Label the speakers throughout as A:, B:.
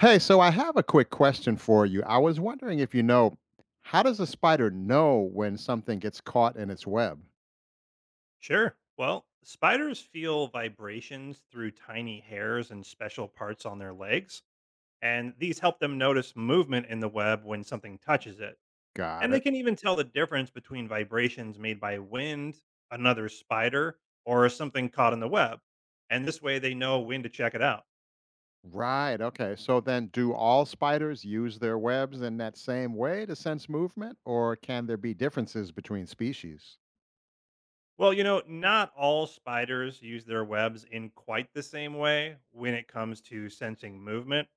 A: Hey, so I have a quick question for you. I was wondering if you know, how does a spider know when something gets caught in its web?
B: Sure. Well, spiders feel vibrations through tiny hairs and special parts on their legs, and these help them notice movement in the web when something touches it.
A: Got
B: And they
A: it.
B: can even tell the difference between vibrations made by wind, another spider, or something caught in the web. And this way they know when to check it out.
A: Right. Okay. So then do all spiders use their webs in that same way to sense movement, or can there be differences between species?
B: Well, not all spiders use their webs in quite the same way when it comes to sensing movement.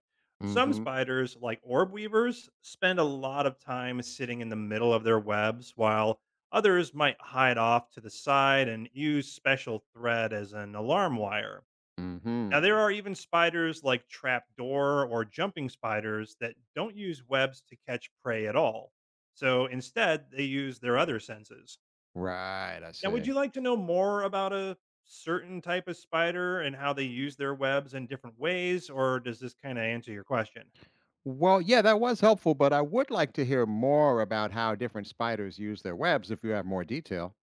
B: Some
A: Mhm.
B: spiders, like orb weavers, spend a lot of time sitting in the middle of their webs, while others might hide off to the side and use special thread as an alarm wire. Now, there
A: Mhm.
B: are even spiders like trapdoor or jumping spiders that don't use webs to catch prey at all. So instead, they use their other senses.
A: Right, I
B: Now, would
A: see.
B: you like to know more about a certain type of spider and how they use their webs in different ways, or does this kind of answer your question?
A: Well, yeah, that was helpful, but I would like to hear more about how different spiders use their webs if you have more detail.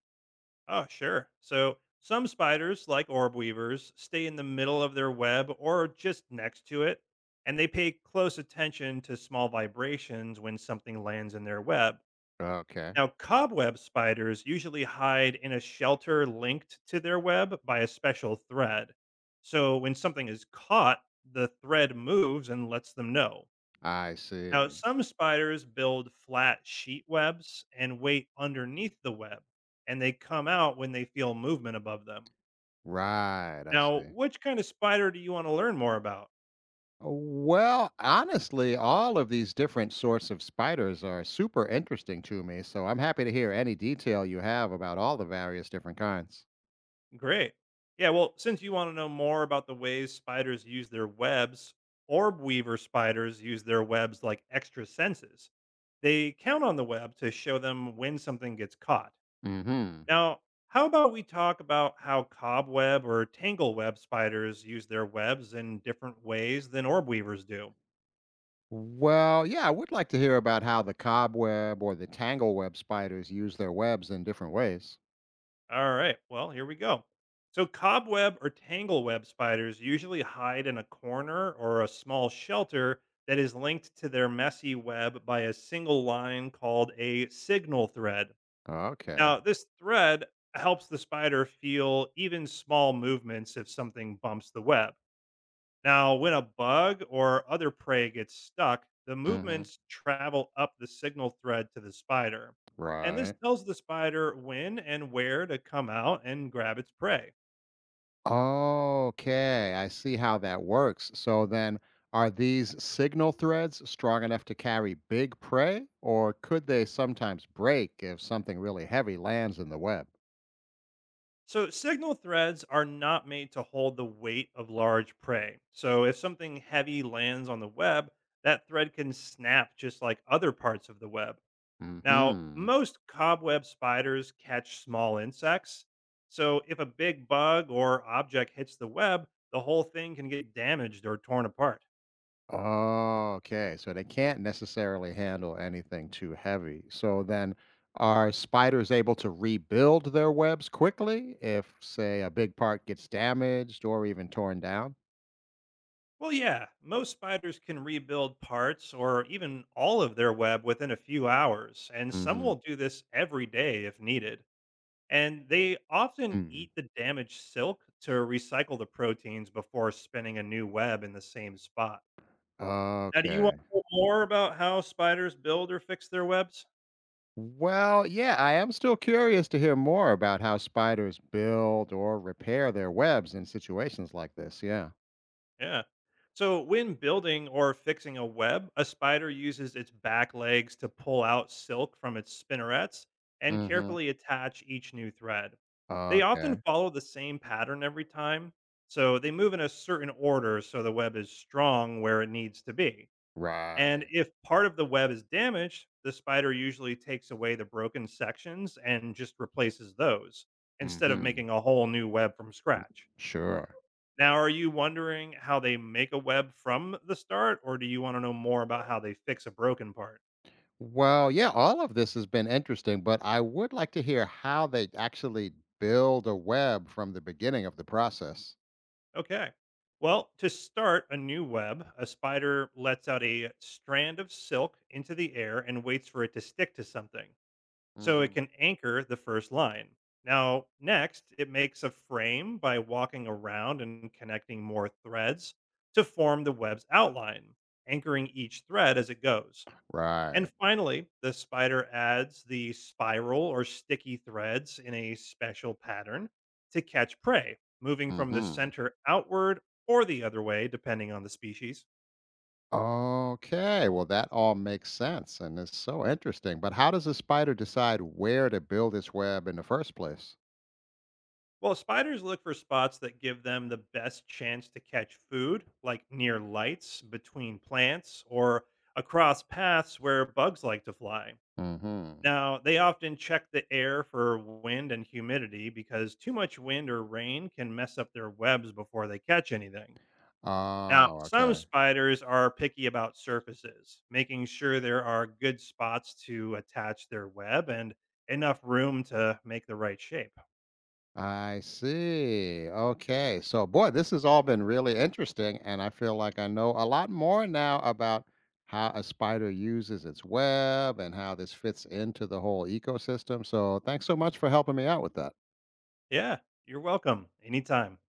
B: Oh, sure. So, some spiders, like orb weavers, stay in the middle of their web or just next to it, and they pay close attention to small vibrations when something lands in their web.
A: Okay.
B: Now, cobweb spiders usually hide in a shelter linked to their web by a special thread. So when something is caught, the thread moves and lets them know.
A: I
B: Now,
A: see.
B: some spiders build flat sheet webs and wait underneath the web, and they come out when they feel movement above them.
A: Right, I
B: Now,
A: see.
B: which kind of spider do you want to learn more about?
A: Well, honestly, all of these different sorts of spiders are super interesting to me, so I'm happy to hear any detail you have about all the various different kinds.
B: Great. Yeah, well, since you want to know more about the ways spiders use their webs, orb weaver spiders use their webs like extra senses. They count on the web to show them when something gets caught.
A: Hmm.
B: Now, how about we talk about how cobweb or tangleweb spiders use their webs in different ways than orb weavers do?
A: Well, yeah, I would like to hear about how the cobweb or the tangleweb spiders use their webs in different ways.
B: All right. Well, here we go. So, cobweb or tangleweb spiders usually hide in a corner or a small shelter that is linked to their messy web by a single line called a signal thread.
A: Okay.
B: Now, this thread helps the spider feel even small movements if something bumps the web. Now, when a bug or other prey gets stuck, the
A: Hmm.
B: movements travel up the signal thread to the spider. And this
A: Right.
B: tells the spider when and where to come out and grab its prey.
A: Okay, I see how that works. So then, are these signal threads strong enough to carry big prey, or could they sometimes break if something really heavy lands in the web?
B: So, signal threads are not made to hold the weight of large prey. So, if something heavy lands on the web, that thread can snap just like other parts of the web. Now,
A: Hmm.
B: most cobweb spiders catch small insects. So if a big bug or object hits the web, the whole thing can get damaged or torn apart.
A: Okay, so they can't necessarily handle anything too heavy. So then, are spiders able to rebuild their webs quickly if, say, a big part gets damaged or even torn down?
B: Well, yeah, most spiders can rebuild parts or even all of their web within a few hours, and some
A: Hmm.
B: will do this every day if needed. And they often
A: Mm.
B: eat the damaged silk to recycle the proteins before spinning a new web in the same spot. Now, do you want
A: Okay.
B: to know more about how spiders build or fix their webs?
A: Well, yeah, I am still curious to hear more about how spiders build or repair their webs in situations like this. Yeah.
B: Yeah. So when building or fixing a web, a spider uses its back legs to pull out silk from its spinnerets and
A: Mm-hmm.
B: carefully attach each new thread. They often
A: Okay.
B: follow the same pattern every time, so they move in a certain order so the web is strong where it needs to be. And
A: Right.
B: if part of the web is damaged, the spider usually takes away the broken sections and just replaces those instead of
A: Mm-hmm.
B: making a whole new web from scratch.
A: Sure.
B: Now, are you wondering how they make a web from the start, or do you want to know more about how they fix a broken part?
A: Well, yeah, all of this has been interesting, but I would like to hear how they actually build a web from the beginning of the process.
B: Okay. Well, to start a new web, a spider lets out a strand of silk into the air and waits for it to stick to something so it
A: Hmm.
B: can anchor the first line. Now, next, it makes a frame by walking around and connecting more threads to form the web's outline, anchoring each thread as it goes. And
A: Right.
B: finally, the spider adds the spiral or sticky threads in a special pattern to catch prey, moving from the
A: Mm-hmm.
B: center outward or the other way, depending on the species.
A: Okay, well, that all makes sense and is so interesting. But how does a spider decide where to build its web in the first place?
B: Well, spiders look for spots that give them the best chance to catch food, like near lights, between plants, or across paths where bugs like to fly.
A: Hmm.
B: Now, they often check the air for wind and humidity because too much wind or rain can mess up their webs before they catch anything. Now,
A: Oh,
B: some
A: okay.
B: spiders are picky about surfaces, making sure there are good spots to attach their web and enough room to make the right shape.
A: I see. Okay. So, boy, this has all been really interesting. And I feel like I know a lot more now about how a spider uses its web and how this fits into the whole ecosystem. So, thanks so much for helping me out with that.
B: Yeah, you're welcome. Anytime.